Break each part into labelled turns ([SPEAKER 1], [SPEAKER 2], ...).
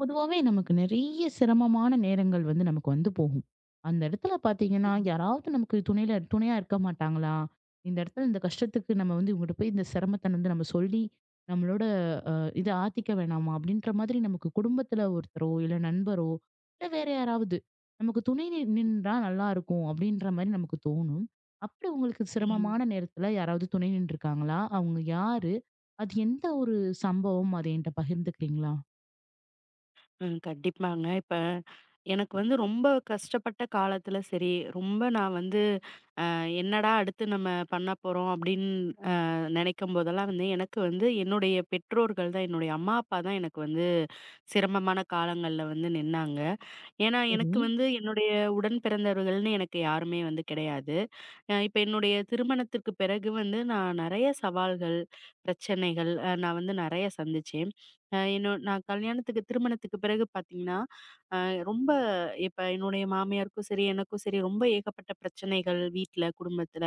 [SPEAKER 1] பொதுவாவே நமக்கு நெறைய சிரமமான நேரங்கள் வந்து நமக்கு வந்து போகும். அந்த இடத்துல பார்த்தீங்கன்னா,
[SPEAKER 2] ம்,
[SPEAKER 1] யாராவது நமக்கு துணையா இருக்க மாட்டாங்களா? இந்த இடத்துல இந்த கஷ்டத்துக்கு நம்ம வந்து இவங்ககிட்ட போய் இந்த சிரமத்த வந்து நம்ம சொல்லி, நம்மளோட இத ஆத்திக்க வேணாமா? அப்படின்ற மாதிரி நமக்கு குடும்பத்துல ஒருத்தரோ, இல்ல நண்பரோ, இல்ல வேற யாராவது நமக்கு துணை நின்றா நல்லாருக்கும் அப்படின்ற மாரி நமக்கு தோணும். அப்படி உங்களுக்கு
[SPEAKER 2] ம்.
[SPEAKER 1] சிரமமான நேரத்துல யாராவது துணை நின்றுருக்காங்களா? அவங்க யாரு? அது எந்த ஒரு சம்பவம்? அத என்ட்ட பகிர்ந்துக்கிறீங்களா?
[SPEAKER 2] ம். கண்டிப்பாங்க. இப்ப எனக்கு வந்து ரொம்ப கஷ்டப்பட்ட காலத்துல சரி, ரொம்ப நான் வந்து என்னடா அடுத்து நம்ம பண்ண போறோம் அப்படின்னு அ நினைக்கும் போதெல்லாம் வந்து, எனக்கு வந்து என்னுடைய பெற்றோர்கள் தான், என்னுடைய அம்மா, அப்பா தான் எனக்கு வந்து சிரமமான காலங்கள்ல வந்து நின்னாங்க. ஏன்னா, எனக்கு
[SPEAKER 1] சரி,
[SPEAKER 2] வந்து என்னுடைய உடன் பிறந்தவர்கள்னு எனக்கு யாருமே வந்து கிடையாது. இப்ப என்னுடைய திருமணத்திற்கு பிறகு வந்து நான் நெறைய சவால்கள், பிரச்சனைகள் நான் வந்து நெறைய சந்திச்சேன். என்னோ நான் கல்யாணத்துக்கு திருமணத்துக்கு பிறகு பார்த்தீங்கன்னா, அ ரொம்ப இப்ப என்னுடைய மாமியாருக்கும் சரி, எனக்கும் சரி ரொம்ப ஏகப்பட்ட பிரச்சனைகள் வீட்ல, குடும்பத்துல.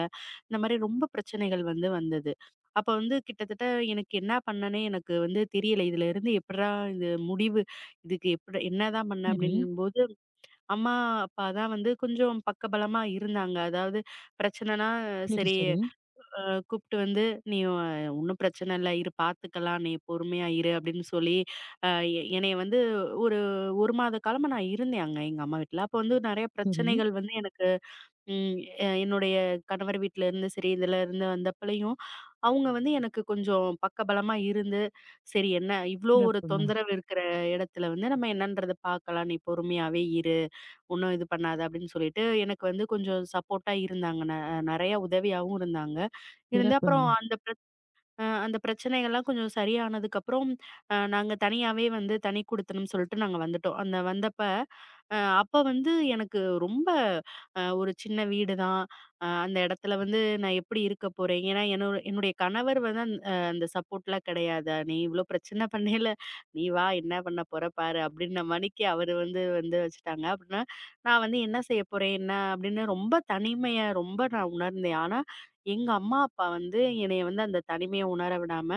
[SPEAKER 2] இந்த மாரி ரொம்ப பிரச்சனைகள் வந்து வந்தது. அப்ப வந்து கிட்டத்தட்ட எனக்கு என்ன பண்ணேன்னே எனக்கு வந்து தெரியல. இதுல இருந்து எப்புட்றா இது முடிவு இதுக்கு எப்புட்றா என்னதான் பண்ண
[SPEAKER 1] சரி.
[SPEAKER 2] அப்படின்னும்போது, அம்மா, அப்பா தான் வந்து கொஞ்சம் பக்கபலமா இருந்தாங்க. அதாவது பிரச்சனைனா
[SPEAKER 1] சரி,
[SPEAKER 2] சரி
[SPEAKER 1] சரி,
[SPEAKER 2] அ கூப்ட்டு வந்து, "நீ ஒண்ணும் பிரச்சனை இல்ல. இரு பார்த்துக்கலாம். நீ பொறுமையா இரு" அப்படின்னு சொல்லி, அ எ என்னைய வந்து ஒரு 1 மாத காலமா நான் இருந்தேன் அங்க எங்க அம்மா வீட்ல. அப்போ வந்து நெறைய
[SPEAKER 1] சரி.
[SPEAKER 2] பிரச்சனைகள் வந்து எனக்கு ம் எ என்னுடைய கணவர் வீட்ல இருந்து சரி, இதுல இருந்து வந்தப்பலயும், அவங்க வந்து எனக்கு கொஞ்சம் பக்கபலமா இருந்து, "சரி என்ன இவ்ளோ ஒரு
[SPEAKER 1] சிறப்புங்க,
[SPEAKER 2] தொந்தரவு இருக்கிற இடத்துல வந்து நம்ம என்னன்றத பார்க்கலாம். நீ பொறுமையாவே இரு." ஒன்னும் இது பண்ணாத அப்படின்னு சொல்லிட்டு எனக்கு வந்து கொஞ்சம் சப்போர்ட்டா இருந்தாங்க. நிறைய உதவியாவும் இருந்தாங்க. இருந்து அப்புறம்
[SPEAKER 1] சிறப்புங்க.
[SPEAKER 2] அந்த அந்த பிரச்சனைகள்லாம் கொஞ்சம் சரியானதுக்கப்புறம், நாங்க தனியாவே வந்து தனி குடித்தனம் சொல்லிட்டு நாங்க வந்துட்டோம். அந்த வந்தப்ப, அப்ப வந்து எனக்கு ரொம்ப ஒரு சின்ன வீடு தான். அந்த இடத்துல வந்து நான் எப்படி இருக்க போறேன்? ஏன்னா, என்னோட என்னுடைய கணவர் வந்து அந்த சப்போர்ட்லாம் கிடையாது. "நீ இவ்ளோ பிரச்சனை பண்ணயில, நீ வா என்ன பண்ண போற பாரு" அப்படின்ன மாணிக்கு அவரு வந்து வந்து வச்சுட்டாங்க. அப்படின்னா, நான் வந்து என்ன செய்ய போறேன்? என்ன அப்படின்னு ரொம்ப தனிமைய ரொம்ப நான் உணர்ந்தேன். ஆனா எங்க அம்மா, அப்பா வந்து என்னைய வந்து அந்த தனிமைய உணர விடாம,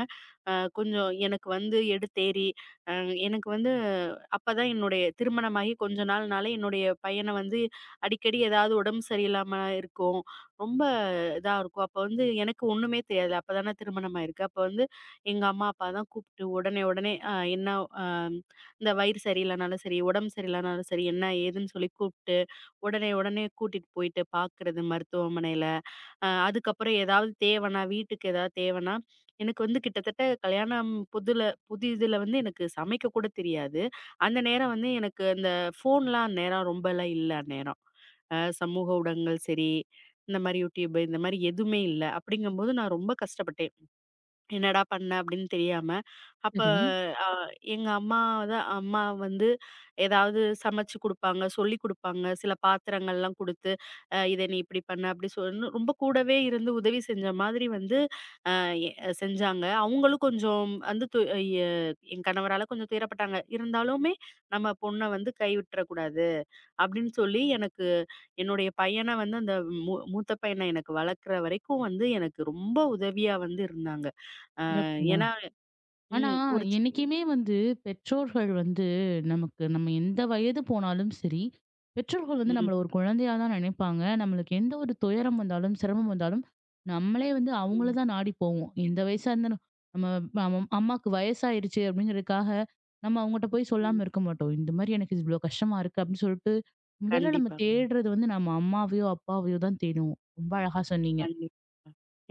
[SPEAKER 2] கொஞ்சம் எனக்கு வந்து எடுத்தேறி, அ எனக்கு வந்து அப்பதான் என்னுடைய திருமணமாகி கொஞ்ச நாள்னால என்னுடைய பையன வந்து அடிக்கடி ஏதாவது உடம்பு சரியில்லாம இருக்கும். ரொம்ப இதா இருக்கும். அப்ப வந்து எனக்கு ஒண்ணுமே தெரியாது. அப்பதானே திருமணம் ஆயிருக்கு. அப்ப வந்து எங்க அம்மா, அப்பா தான் கூப்ட்டு உடனே உடனே என்ன அ இந்த வயிறு சரியில்லனாலும் சரி, உடம்பு சரியில்லனாலும் சரி, என்ன ஏதுன்னு சொல்லி கூப்ட்டு, உடனே உடனே கூட்டிட்டு போயிட்டு பாக்குறது மருத்துவமனையில. அதுக்கப்புறம் ஏதாவது தேவைன்னா, வீட்டுக்கு ஏதாவது தேவைன்னா, எனக்கு வந்து கிட்டத்தட்ட கல்யாணம் புதிதுல வந்து எனக்கு சமைக்க கூட தெரியாது. அந்த நேரம் வந்து எனக்கு அந்த ஃபோன்லாம் அந்நேரம் ரொம்பலாம் இல்ல அந்நேரம். சமூக ஊடகங்கள் சரி, இந்த மாரி YouTube இந்த மாரி எதுவுமே இல்ல. அப்படிங்கும்போது நான் ரொம்ப கஷ்டப்பட்டேன். என்னடா பண்ண அப்படின்னு தெரியாம. அப்ப
[SPEAKER 1] சரி,
[SPEAKER 2] அ எங்க அம்மா தான் அம்மா வந்து ஏதாவது சமைச்சு குடுப்பாங்க, சொல்லிக் குடுப்பாங்க. சில பாத்திரங்கள்லாம் குடுத்து, இத நீ இப்படி பண்ண, அப்படி சொல்லு ரொம்ப கூடவே இருந்து உதவி செஞ்ச மாதிரி வந்து அ எ செஞ்சாங்க. அவங்களும் கொஞ்சம் வந்து து எ என் கணவரால கொஞ்சம் துயரப்பட்டாங்க. இருந்தாலுமே நம்ம பொண்ண வந்து கைவிட்டுறக் கூடாது அப்படின்னு சொல்லி எனக்கு என்னுடைய பையன வந்து அந்த மூத்த பையன எனக்கு வளர்க்குற வரைக்கும் வந்து எனக்கு ரொம்ப உதவியா வந்து இருந்தாங்க. ஆ
[SPEAKER 1] சிறப்புங்க.
[SPEAKER 2] ஏன்னா
[SPEAKER 1] ஆனா,
[SPEAKER 2] ம் ஒரு சி
[SPEAKER 1] என்னைக்குமே வந்து பெற்றோர்கள் வந்து நமக்கு நம்ம எந்த வயது போனாலும் சரி, பெற்றோர்கள் வந்து நம்மள
[SPEAKER 2] ம்,
[SPEAKER 1] ஒரு குழந்தையா தான் நினைப்பாங்க. நம்மளுக்கு எந்த ஒரு துயரம் வந்தாலும், சிரமம் வந்தாலும், நம்மளே வந்து அவங்கள
[SPEAKER 2] ம்,
[SPEAKER 1] தான் நாடி போவோம். எந்த வயசா இருந்தாலும். நம்ம நம்ம அம்மாக்கு வயசாயிருச்சு அப்படிங்கிறதுக்காக, நம்ம அவங்கட்ட போய் சொல்லாம
[SPEAKER 2] ம்.
[SPEAKER 1] இருக்க மாட்டோம். இந்த மாரி எனக்கு இவ்வளோ கஷ்டமா இருக்கு அப்படின்னு சொல்லிட்டு, முதல்ல நம்ம
[SPEAKER 2] கண்டிப்பாங்க.
[SPEAKER 1] தேடுறது வந்து நம்ம அம்மாவையோ, அப்பாவையோ தான் தேடுவோம். ரொம்ப அழகா சொன்னீங்க.
[SPEAKER 2] கண்டிப்பா.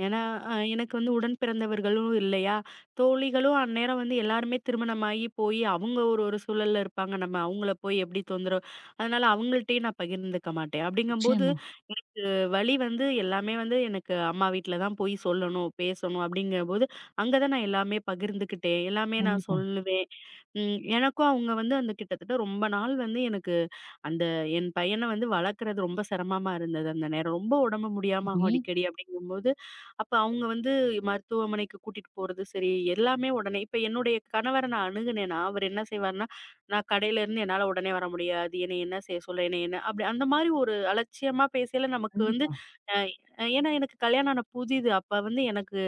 [SPEAKER 2] ஏன்னா, எனக்கு வந்து உடன் பிறந்தவர்களும் இல்லையா? தோழிகளும் அந்நேரம் வந்து எல்லாருமே திருமணமாகி போயி, அவங்க ஒரு ஒரு சூழல்ல இருப்பாங்க. நம்ம அவங்கள போய் எப்படி தொந்தரவு அதனால அவங்கள்ட்டயும் நான் பகிர்ந்துக்க மாட்டேன். அப்படிங்கும்போது
[SPEAKER 1] நிச்சயமா.
[SPEAKER 2] வழி வந்து எல்லாமே வந்து எனக்கு அம்மா வீட்ல தான் போய் சொல்லணும், பேசணும் அப்படிங்கம்போது, அங்க தான் நான் எல்லாமே பகிர்ந்துக்கிட்டேன். எல்லாமே நான்
[SPEAKER 1] கண்டிப்பா.
[SPEAKER 2] சொல்லுவேன். எனக்கும் அவங்க வந்து அந்த கிட்டத்தட்ட ரொம்ப நாள் வந்து எனக்கு அந்த என் பையன வந்து வளர்க்குறது ரொம்ப சிரமமா இருந்தது அந்த நேரம். ரொம்ப உடம்பு முடியாம
[SPEAKER 1] அது
[SPEAKER 2] ஆகும்
[SPEAKER 1] ஏன்
[SPEAKER 2] அடிக்கடி அப்படிங்கும்போது, அப்ப அவங்க வந்து மருத்துவமனைக்கு கூட்டிட்டு போறது சரி, எல்லாமே உடனே இப்ப என்னுடைய கணவர நான் அணுகுனேன்னா, அவர் என்ன செய்வாருன்னா நான் கடையிலேருந்து என்னால உடனே வர முடியாது. என்னைய என்ன செய்ய சொல்ல? என்னைய என்ன அப்படி அந்த மாரி ஒரு அலட்சியமா பேசையில நமக்கு வந்து
[SPEAKER 1] கண்டிப்பா,
[SPEAKER 2] அ ஏன்னா எனக்கு கல்யாணம் ஆன புதிது. அப்ப வந்து எனக்கு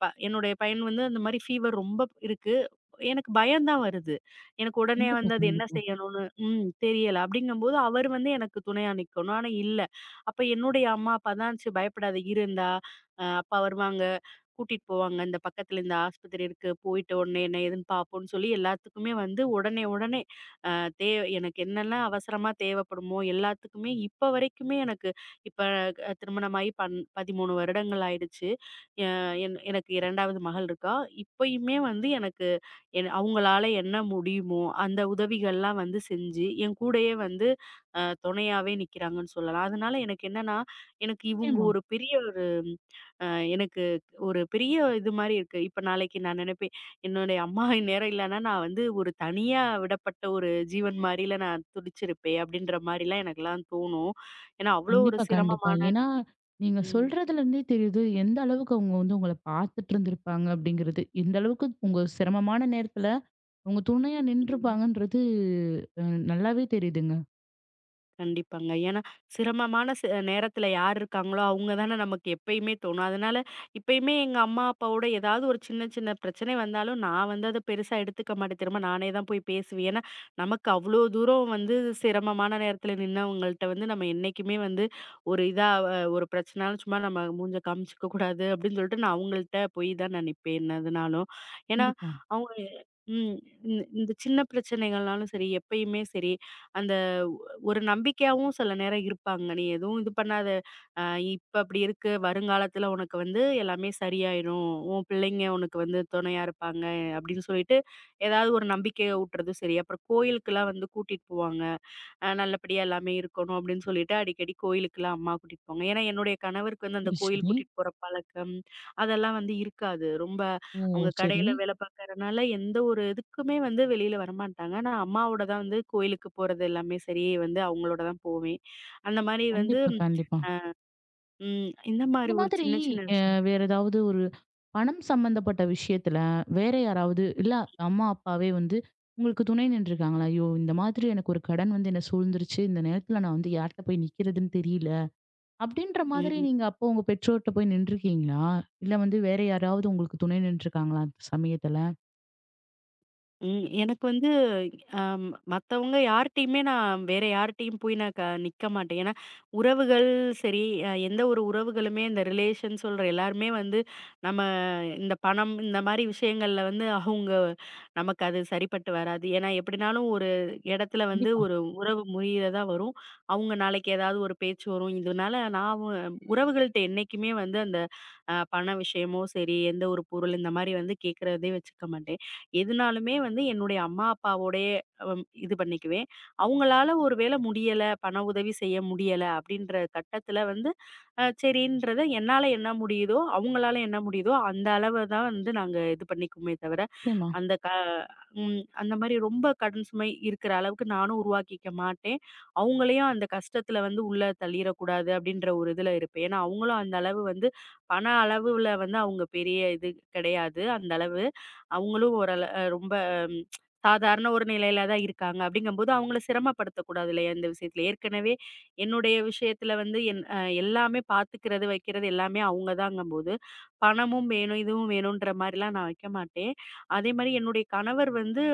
[SPEAKER 2] என்னுடைய பையன் வந்து அந்த மாரி ஃபீவர் ரொம்ப இருக்கு. எனக்கு பயம் தான் வருது. எனக்கு உடனே
[SPEAKER 1] கண்டிப்பா,
[SPEAKER 2] வந்து அது என்ன
[SPEAKER 1] கண்டிப்பா.
[SPEAKER 2] செய்யணும்னு தெரியல. அப்படிங்கும்போது அவர் வந்து எனக்கு துணையா நிக்கணும். ஆனா இல்ல. அப்ப என்னுடைய அம்மா அப்பா தான் "சரி பயப்படாத இருண்டா, அப்பா வருவாங்க. கூட்டிட்டு போவாங்க. இந்த பக்கத்துல இந்த ஆஸ்பத்திரி இருக்கு. போயிட்டு உடனே என்ன ஏதுன்னு பார்ப்போம்ன்னு சொல்லி எல்லாத்துக்குமே வந்து உடனே, உடனே அ தே எனக்கு என்னெல்லாம் அவசரமா தேவைப்படுமோ எல்லாத்துக்குமே இப்ப வரைக்குமே எனக்கு இப்ப திருமணமாகி 13 வருடங்கள் ஆயிடுச்சு. எ என் எனக்கு 2வது மகள் இருக்கா. இப்பயுமே வந்து எனக்கு அவங்களால என்ன முடியுமோ அந்த உதவிகள்லாம் வந்து செஞ்சு, என் கூடயே வந்து துணையாவே நிக்கிறாங்கன்னு சொல்லலாம். அதனால எனக்கு என்னன்னா, எனக்கு இவங்க
[SPEAKER 1] நிச்சயமா.
[SPEAKER 2] ஒரு பெரிய ஒரு அ எனக்கு ஒரு பெரிய இது மாரி இருக்கு. இப்ப நாளைக்கு நான் நெனைப்பேன், என்னுடைய அம்மா இந்நேரம் இல்லன்னா, நான் வந்து ஒரு தனியா விடப்பட்ட ஒரு ஜீவன் மாரில நான் துடிச்சிருப்பேன். அப்படின்ற மாரிலாம் எனக்கெல்லாம் தோணும். ஏன்னா, அவ்வளோ ஒரு
[SPEAKER 1] கண்டிப்பா, கண்டிப்பா.
[SPEAKER 2] சிரமமான
[SPEAKER 1] ஏன்னா, நீங்க
[SPEAKER 2] ம்.
[SPEAKER 1] சொல்றதுலருந்தே தெரியுது, எந்த அளவுக்கு அவங்க வந்து உங்கள பார்த்துட்டு இருந்திருப்பாங்க அப்படிங்கிறது. எந்த அளவுக்கு உங்க சிரமமான நேரத்துல, உங்க துணையா
[SPEAKER 2] ம்.
[SPEAKER 1] நின்றுப்பாங்கன்றது அ நல்லாவே தெரியுதுங்க.
[SPEAKER 2] கண்டிப்பாங்க. ஏன்னா, சிரமமான ச நேரத்துல யார் இருக்காங்களோ, அவங்க தானே நமக்கு எப்பயுமே தோணும். அதனால இப்பயுமே எங்க அம்மா, அப்பாவோட ஏதாவது ஒரு சின்ன சின்ன பிரச்சனை வந்தாலும், நான் வந்து அத பெருசா எடுத்துக்க மாட்டேன். திரும்ப நானே தான் போய் பேசுவேன். ஏன்னா, நமக்கு அவ்ளோ தூரம் வந்து சிரமமான நேரத்துல நின்னவங்கள்ட்ட வந்து நம்ம என்னைக்குமே வந்து ஒரு இதா ஒரு பிரச்சனைனாலும் சும்மா நம்ம மூஞ்ச காமிச்சுக்க கூடாது அப்படின்னு சொல்லிட்டு, நான் அவங்கள்ட்ட போய் தான் நான் நிப்பேன் என்னதுனாலும். ஏன்னா,
[SPEAKER 1] கண்டிப்பா.
[SPEAKER 2] அவங்க ம். இந்த இந்த சின்ன பிரச்சனைகள்னாலும் சரி, எப்பயுமே சரி, அந்த ஒரு நம்பிக்கையாவும் சில நேரம் இருப்பாங்க. நீ எதுவும் இது பண்ணாத. அ இப்ப அப்படி இருக்கு. வருங்காலத்துல உனக்கு வந்து எல்லாமே சரியாயிரும். உன் பிள்ளைங்க உனக்கு வந்து துணையா இருப்பாங்க. அப்படின்னு சொல்லிட்டு ஏதாவது ஒரு நம்பிக்கைய ஊட்டுறதும் சரி. அப்புறம் கோயிலுக்கெல்லாம் வந்து கூட்டிட்டு போவாங்க. நல்லபடியா எல்லாமே இருக்கணும் அப்படின்னு சொல்லிட்டு அடிக்கடி கோயிலுக்குலாம் அம்மா கூட்டிட்டு போவாங்க. ஏன்னா என்னுடைய கணவருக்கு வந்து அந்த
[SPEAKER 1] சரி,
[SPEAKER 2] கோயில்
[SPEAKER 1] சரி.
[SPEAKER 2] கூட்டிட்டு போற பழக்கம், அதெல்லாம் வந்து இருக்காது. ரொம்ப
[SPEAKER 1] ஓ!
[SPEAKER 2] அவங்க
[SPEAKER 1] சரி.
[SPEAKER 2] கடையில வேலை பார்க்கறனால எந்த ஒரு இதுக்குமே வந்து வெளியில வரமாட்டாங்க. நான் அம்மாவோட தான் வந்து கோயிலுக்கு போறது எல்லாமே சரி வந்து அவங்களோட தான் போவேன். அந்த மாரி வந்து
[SPEAKER 1] கண்டிப்பா, கண்டிப்பா.
[SPEAKER 2] இந்த மாரி
[SPEAKER 1] இந்த
[SPEAKER 2] ஒரு
[SPEAKER 1] மாதிரி
[SPEAKER 2] சின்ன சின்ன
[SPEAKER 1] அ
[SPEAKER 2] விஷயம்.
[SPEAKER 1] வேற ஏதாவது ஒரு பணம் சம்மந்தப்பட்ட விஷயத்துல வேற யாராவது இல்ல அம்மா, அப்பாவே வந்து உங்களுக்கு துணை நின்றுருக்காங்களா? "ஐயோ! இந்த மாதிரி எனக்கு ஒரு கடன் வந்து என்ன சூழ்ந்துருச்சு. இந்த நேரத்துல நான் வந்து யார்ட்ட போய் நிக்கிறதுன்னு தெரியல." அப்படின்ற மாதிரி
[SPEAKER 2] ம்.
[SPEAKER 1] நீங்க அப்போ உங்க பெற்றோர்ட்ட போய் நின்றுருக்கீங்களா? இல்ல வந்து வேற யாராவது உங்களுக்கு துணை நின்றுருக்காங்களா அந்த சமயத்துல?
[SPEAKER 2] ம். எனக்கு வந்து அம் மத்தவங்க யார்ட்டயுமே நான் வேற யார்ட்டயும் போய் நான் க நிக்க மாட்டேன். ஏன்னா, உறவுகள் சரி, எந்த ஒரு உறவுகளுமே இந்த ரிலேஷன் சொல்ற எல்லாருமே வந்து நம்ம இந்த பணம் இந்த மாரி விஷயங்கள்ல வந்து அவங்க நமக்கு அது சரிப்பட்டு வராது. ஏன்னா, எப்படினாலும் ஒரு இடத்துல வந்து
[SPEAKER 1] கண்டிப்பா.
[SPEAKER 2] ஒரு உறவு முறியறதா வரும். அவங்க நாளைக்கு ஏதாவது ஒரு பேச்சு வரும். இதனால நான் வ உறவுகள்ட்ட என்னைக்குமே வந்து அந்த பண விஷயமோ சரி, எந்த ஒரு பொருள் இந்த மாரி வந்து கேட்கறதே வச்சுக்க மாட்டேன். எதுனாலுமே வந்து என்னுடைய அம்மா, அப்பாவோடயே இது பண்ணிக்குவேன். அவங்களால ஒரு வேள முடியல, பண உதவி செய்ய முடியல அப்படின்ற கட்டத்துல வந்து, சரின்றத என்னால என்ன முடியுதோ, அவங்களால என்ன முடியுதோ அந்த அளவ தான் வந்து நாங்க இது பண்ணிக்குமே தவிர,
[SPEAKER 1] நிச்சயமா.
[SPEAKER 2] அந்த க ம் அந்த மாரி ரொம்ப கடன் சுமை இருக்கிற அளவுக்கு நானும் உருவாக்கிக்க மாட்டேன். அவங்களையும் அந்த கஷ்டத்துல வந்து உள்ள தள்ளிறக்கூடாது அப்படின்ற ஒரு இதுல இருப்பேன். ஏன்னா, அவங்களும் அந்த அளவு வந்து பண அளவுல வந்து அவங்க பெரிய இது கிடையாது. அந்த அளவு. அவங்களும் ஓரள அ ரொம்ப ம், சாதாரண ஒரு நிலையில தான் இருக்காங்க. அப்படிங்கும்போது அவங்கள சிரமப்படுத்தக்கூடாது இல்லையா இந்த விஷயத்துல. ஏற்கனவே என்னுடைய விஷயத்துல வந்து என் அ எல்லாமே பார்த்துக்கிறது, வைக்கிறது எல்லாமே அவங்க தாங்கும்போது, பணமும் வேணும், இதுவும் வேணுன்ற மாரிலாம் நான் வைக்க மாட்டேன். அதே மாரி என்னுடைய கணவர் வந்து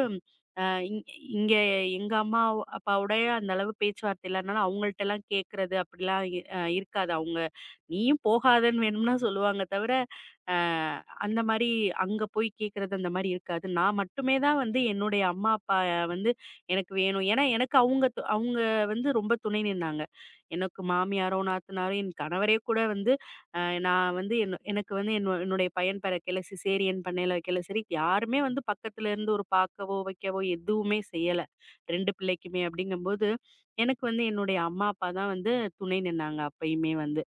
[SPEAKER 2] அ இங் இங்க எங்க அம்மா, அப்பாவோடய அந்த அளவு பேச்சுவார்த்தை இல்லாதனால அவங்கள்ட்டலாம் கேட்கறது அப்படிலாம் இ அ இருக்காது. அவங்க நீயும் போகாதன்னு வேணும்னா சொல்லுவாங்க தவிர, அ அந்த மாரி அங்க போய் கேட்கறது அந்த மாரி இருக்காது. நான் மட்டுமே தான் வந்து என்னுடைய அம்மா, அப்பா வந்து எனக்கு வேணும். ஏன்னா எனக்கு அவங்க வந்து ரொம்ப துணை நின்னாங்க. எனக்கு மாமியாரோ, நாத்தனாரோ, என் கணவரே கூட வந்து நான் வந்து என் எனக்கு வந்து என்னோ என்னுடைய பையன் பிறக்கையில சிசேரியன் பண்ணையில வைக்கல சரி, யாருமே வந்து பக்கத்துல இருந்து ஒரு பார்க்கவோ, வைக்கவோ எதுவுமே செய்யல. 2 பிள்ளைக்குமே அப்படிங்கும்போது, எனக்கு வந்து என்னுடைய அம்மா, அப்பா தான் வந்து துணை நின்னாங்க அப்பயுமே வந்து.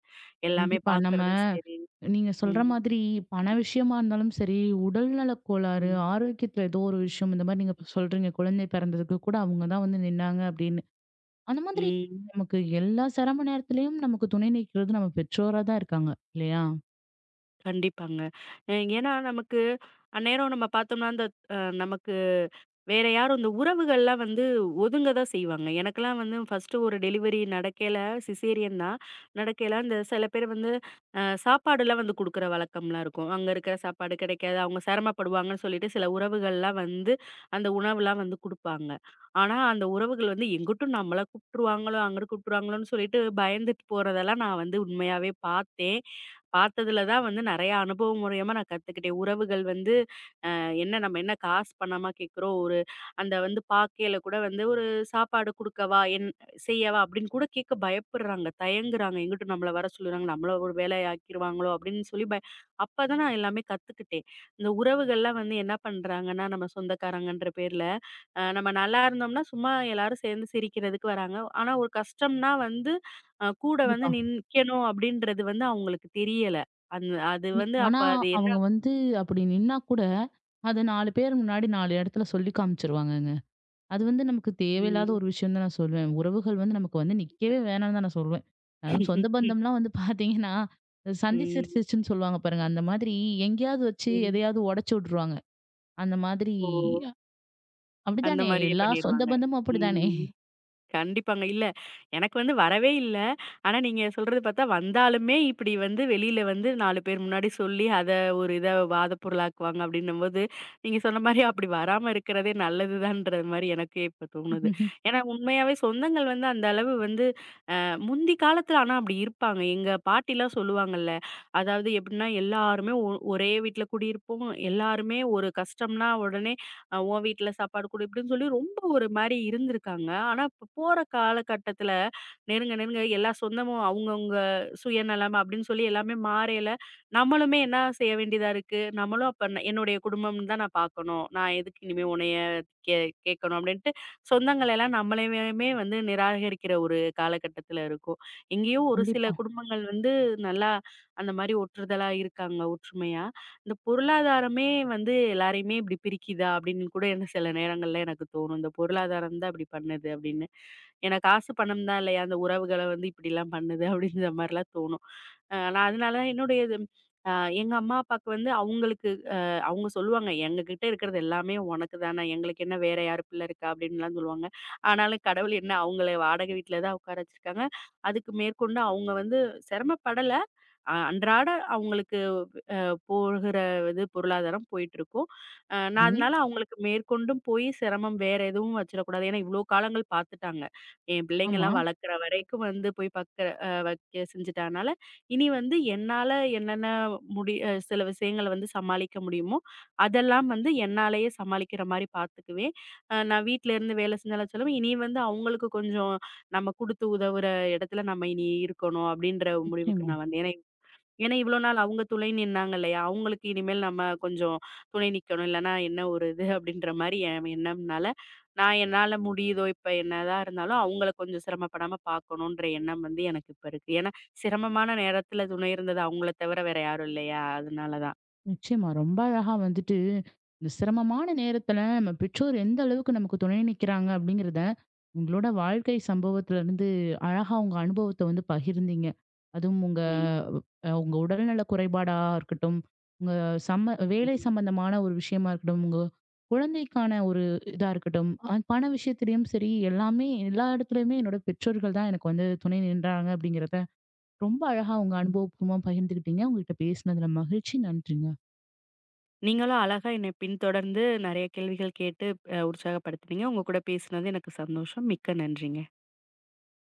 [SPEAKER 2] எல்லாமே
[SPEAKER 1] கண்டிப்பா. நம்ம
[SPEAKER 2] பார்க்கறது சரி.
[SPEAKER 1] நீங்க சொல்ற
[SPEAKER 2] ம்,
[SPEAKER 1] மாதிரி பண விஷயமா இருந்தாலும் சரி, உடல்நலக் கோளாறு,
[SPEAKER 2] ம்,
[SPEAKER 1] ஆரோக்கியத்துல ஏதோ ஒரு விஷயம் இந்த மாரி நீங்க இப்ப சொல்றீங்க. குழந்தை பிறந்ததுக்கு கூட அவங்க தான் வந்து நின்னாங்க அப்படின்னு. அந்த மாதிரி
[SPEAKER 2] ம்.
[SPEAKER 1] நமக்கு எல்லா சிரம நேரத்திலயும் நமக்கு துணை நிற்கிறது நம்ம பெற்றோரா தான் இருக்காங்க. இல்லையா?
[SPEAKER 2] கண்டிப்பாங்க. ஏன்னா நமக்கு அந்நேரம் நம்ம பார்த்தோம்னா, அந்த அ நமக்கு வேற யாரும் இந்த உறவுகள்லாம் வந்து ஒதுங்க தான் செய்வாங்க. எனக்கெல்லாம் வந்து ஃபர்ஸ்ட்டு ஒரு டெலிவரி நடக்கையில சிசேரியன் தான். நடக்கையில அந்த சில பேர் வந்து சாப்பாடுலாம் வந்து குடுக்குற வழக்கம்லாம் இருக்கும். அங்க இருக்கிற சாப்பாடு கிடைக்காது, அவங்க சிரமப்படுவாங்கன்னு சொல்லிட்டு சில உறவுகள்லாம் வந்து அந்த உணவுலாம் வந்து குடுப்பாங்க. ஆனா, அந்த உறவுகள் வந்து எங்கிட்டும் நம்மள கூப்ட்டுருவாங்களோ, அங்கிட்டு கூப்ட்டுருவாங்களோன்னு சொல்லிட்டு பயந்துட்டு போறதெல்லாம் நான் வந்து உண்மையாவே பார்த்தேன். பார்த்ததுல தான் வந்து நெறைய அனுபவம் மூலியமா நான் கத்துக்கிட்டேன். உறவுகள் வந்து என்ன நம்ம என்ன காசு பணமா கேட்கிறோம். ஒரு அந்த வந்து பாக்கையில கூட வந்து ஒரு சாப்பாடு குடுக்கவா, என் செய்யவா அப்படின்னு கூட கேட்க பயப்படுறாங்க. தயங்குறாங்க. எங்கிட்டும் நம்மள வர சொல்லுறாங்க. நம்மள ஒரு வேலையாக்கிருவாங்களோ அப்படின்னு சொல்லி அப்பதான் நான் எல்லாமே கத்துக்கிட்டேன். இந்த உறவுகள்லாம் வந்து என்ன பண்றாங்கன்னா, நம்ம சொந்தக்காரங்கன்ற பேர்ல நம்ம நல்லா இருந்தோம்னா, சும்மா எல்லாரும் சேர்ந்து சிரிக்கிறதுக்கு வராங்க. ஆனா ஒரு கஷ்டம்னா வந்து, கூட வந்து
[SPEAKER 1] கண்டிப்பா.
[SPEAKER 2] நிக்கணும் அப்படின்றது வந்து அவங்களுக்கு தெரியல. அந்த அது
[SPEAKER 1] இ
[SPEAKER 2] வந்து
[SPEAKER 1] ஆனா
[SPEAKER 2] அப்ப அது என்ன
[SPEAKER 1] அவங்க வந்து அப்படி நின்னா கூட, அத 4 பேர் முன்னாடி 4 இடத்துல சொல்லி காமிச்சுருவாங்கங்க. அது வந்து நமக்கு தேவையில்லாத
[SPEAKER 2] ம்.
[SPEAKER 1] ஒரு விஷயம் தான் நான் சொல்வேன். உறவுகள் வந்து நமக்கு வந்து நிக்கவே வேணாம்னு தான் நான் சொல்வேன். அதுவும் சொந்த பந்தம்லாம் வந்து பார்த்தீங்கன்னா, சந்தி
[SPEAKER 2] ம்.
[SPEAKER 1] சிரிச்சிருச்சுன்னு சொல்லுவாங்க பாருங்க. அந்த மாதிரி எங்கேயாவது வச்சு
[SPEAKER 2] ம்.
[SPEAKER 1] எதையாவது உடைச்சு விட்டுருவாங்க. அந்த மாதிரி
[SPEAKER 2] ஓ! அந்த
[SPEAKER 1] அப்படித்தானே
[SPEAKER 2] மாரியே
[SPEAKER 1] எல்லா சொந்த
[SPEAKER 2] பண்ணிருவாங்க.
[SPEAKER 1] பந்தமும் அப்படித்தானே?
[SPEAKER 2] ம். கண்டிப்பாங்க. இல்ல, எனக்கு வந்து வரவே இல்ல. ஆனா, நீங்க சொல்றது பார்த்தா வந்தாலுமே இப்டி வந்து வெளில வந்து 4 பேர் முன்னாடி சொல்லி, அத ஒரு இதா வாத பொருளாக்குவாங்க அப்டின்னும்போது, நீங்க சொன்ன மாரி அப்டி வராம இருக்கிறதே நல்லதுதான்ற மாரி எனக்கே இப்ப தோணுது. ஏன்னா, உண்மையாவே சொந்தங்கள் வந்து அந்த அளவு வந்து முந்தி காலத்துல ஆனா அப்படி இருப்பாங்க. எங்க பாட்டிலாம் சொல்லுவாங்கல்ல, அதாவது எப்படின்னா எல்லாருமே ஒரே வீட்ல குடியிருப்போம். எல்லாருமே ஒரு கஷ்டம்னா உடனே உன் வீட்ல சாப்பாடு குடு இப்படின்னு சொல்லி ரொம்ப ஒரு மாரி இருந்திருக்காங்க. ஆனா இப்ப போற காலகட்டத்துல நெருங்க நெருங்க எல்லா சொந்தமும் அவங்கவங்க சுயநலம் அப்படின்னு சொல்லி எல்லாமே மாறையில, நம்மளுமே என்ன செய்ய வேண்டியதா இருக்கு? நம்மளும் அப்ப என்னுடைய குடும்பம்னு தான் நான் பார்க்கணும். நான் எதுக்கு இனிமே உன்னைய கே கேட்கணும் அப்படின்னு சொந்தங்கள் எல்லாம் நம்மளையுமே வந்து நிராகரிக்கிற ஒரு காலகட்டத்துல இருக்கோம். எங்கேயோ ஒரு சில
[SPEAKER 1] கண்டிப்பா.
[SPEAKER 2] குடும்பங்கள் வந்து நல்லா அந்த மாரி ஒற்றுதலா இருக்காங்க, ஒற்றுமையா. இந்த பொருளாதாரமே வந்து எல்லாரையுமே இப்படி பிரிக்குதா அப்படின்னு கூட என்ன சில நேரங்கள்ல எனக்கு தோணும். இந்த பொருளாதாரம் தான் இப்படி பண்ணுது அப்படின்னு. ஏன்னா காசு பணம் தான் இல்லையா அந்த உறவுகள வந்து இப்படிலாம் பண்ணுது அப்படின்ற மாரிலாம் தோணும். நான் அதனால என்னுடைய இது அ எங்க அம்மா, அப்பாவுக்கு வந்து அவங்களுக்கு அவங்க சொல்லுவாங்க, "எங்ககிட்ட இருக்கிறது எல்லாமே உனக்கு தானே, எங்களுக்கு என்ன வேற யாரு பிள்ளை இருக்கா?" அப்படின்லாம் சொல்லுவாங்க. ஆனாலும் கடவுள் என்ன அவங்கள வாடகை வீட்ல தான் உட்கார வச்சிருக்காங்க. அதுக்கு மேற்கொண்டு அவங்க வந்து சிரமப்படல. அன்றாட அவங்களுக்கு போகிற இது பொருளாதாரம் போயிட்டுருக்கும். நான்
[SPEAKER 1] ம்.
[SPEAKER 2] அதனால கண்டிப்பா. அவங்களுக்கு மேற்கொண்டும் போய் சிரமம் வேற எதுவும் வச்சிடக்கூடாது. ஏன்னா இவ்ளோ காலங்கள் பார்த்துட்டாங்க. என்
[SPEAKER 1] ஆமா.
[SPEAKER 2] பிள்ளைங்கலாம் வளர்க்குற வரைக்கும் வந்து போய் பக்க அ வைக்க செஞ்சுட்டனால, இனி வந்து என்னால என்னென்ன முடி அ சில விஷயங்கள வந்து சமாளிக்க முடியுமோ, அதெல்லாம் வந்து என்னாலேயே சமாளிக்கிற மாரி பார்த்துக்குவேன். நான் வீட்ல இருந்து வேலை செஞ்சாலும் சொல்லுவேன், இனி வந்து அவங்களுக்கு கொஞ்சம் நம்ம குடுத்து உதவுற இடத்துல நம்ம இனி இருக்கணும் அப்படின்ற முடிவுக்கு
[SPEAKER 1] நிச்சயமா.
[SPEAKER 2] நான் வந்தேன். ஏன்னா ஏன்னா, இவ்வளோ நாள் அவங்க துணை நின்னாங்க இல்லையா? அவங்களுக்கு இனிமேல் நம்ம கொஞ்சம் துணை நிக்கணும். இல்லன்னா என்ன ஒரு இது அப்படின்ற மாரி என் எண்ணம்னால, நான் என்னால முடியுதோ, இப்ப என்னதான் இருந்தாலும் அவங்கள கொஞ்சம் சிரமப்படாம பார்க்கணுன்ற எண்ணம் வந்து எனக்கு இப்ப இருக்கு. ஏன்னா, சிரமமான நேரத்துல துணை இருந்தது அவங்கள தவிர வேற யாரும் இல்லையா? அதனால தான்.
[SPEAKER 1] நிச்சயமா. ரொம்ப அழகா வந்துட்டு, இந்த சிரமமான நேரத்துல நம்ம பெற்றோர் எந்த அளவுக்கு நமக்கு துணை நிக்கிறாங்க அப்படிங்கிறத, உங்களோட வாழ்க்கை சம்பவத்துல இருந்து அழகா உங்க அனுபவத்த வந்து பகிர்ந்தீங்க. அதுவும் உங்க
[SPEAKER 2] ம்.
[SPEAKER 1] உங்க உடல்நல குறைபாடா இருக்கட்டும், உங்க சம்ம வேலை
[SPEAKER 2] ம்.
[SPEAKER 1] சம்பந்தமான ஒரு விஷயமா இருக்கட்டும், உங்க குழந்தைக்கான ஒரு இதா இருக்கட்டும், பண விஷயத்திலயும் சரி, எல்லாமே எல்லா இடத்துலயுமே என்னோட பெற்றோர்கள் தான் எனக்கு வந்து துணை நின்றாங்க அப்படிங்கிறத, ரொம்ப அழகா உங்க
[SPEAKER 2] ம்.
[SPEAKER 1] அனுபவபூர்வமா பகிர்ந்துக்கிட்டீங்க. உங்ககிட்ட பேசினதுல மகிழ்ச்சி. நன்றிங்க.
[SPEAKER 2] நீங்களும் அழகா என்னை பின்தொடர்ந்து நெறைய கேள்விகள் கேட்டு உற்சாகப்படுத்துனீங்க. உங்க கூட பேசுனது எனக்கு சந்தோஷம். மிக்க நன்றிங்க.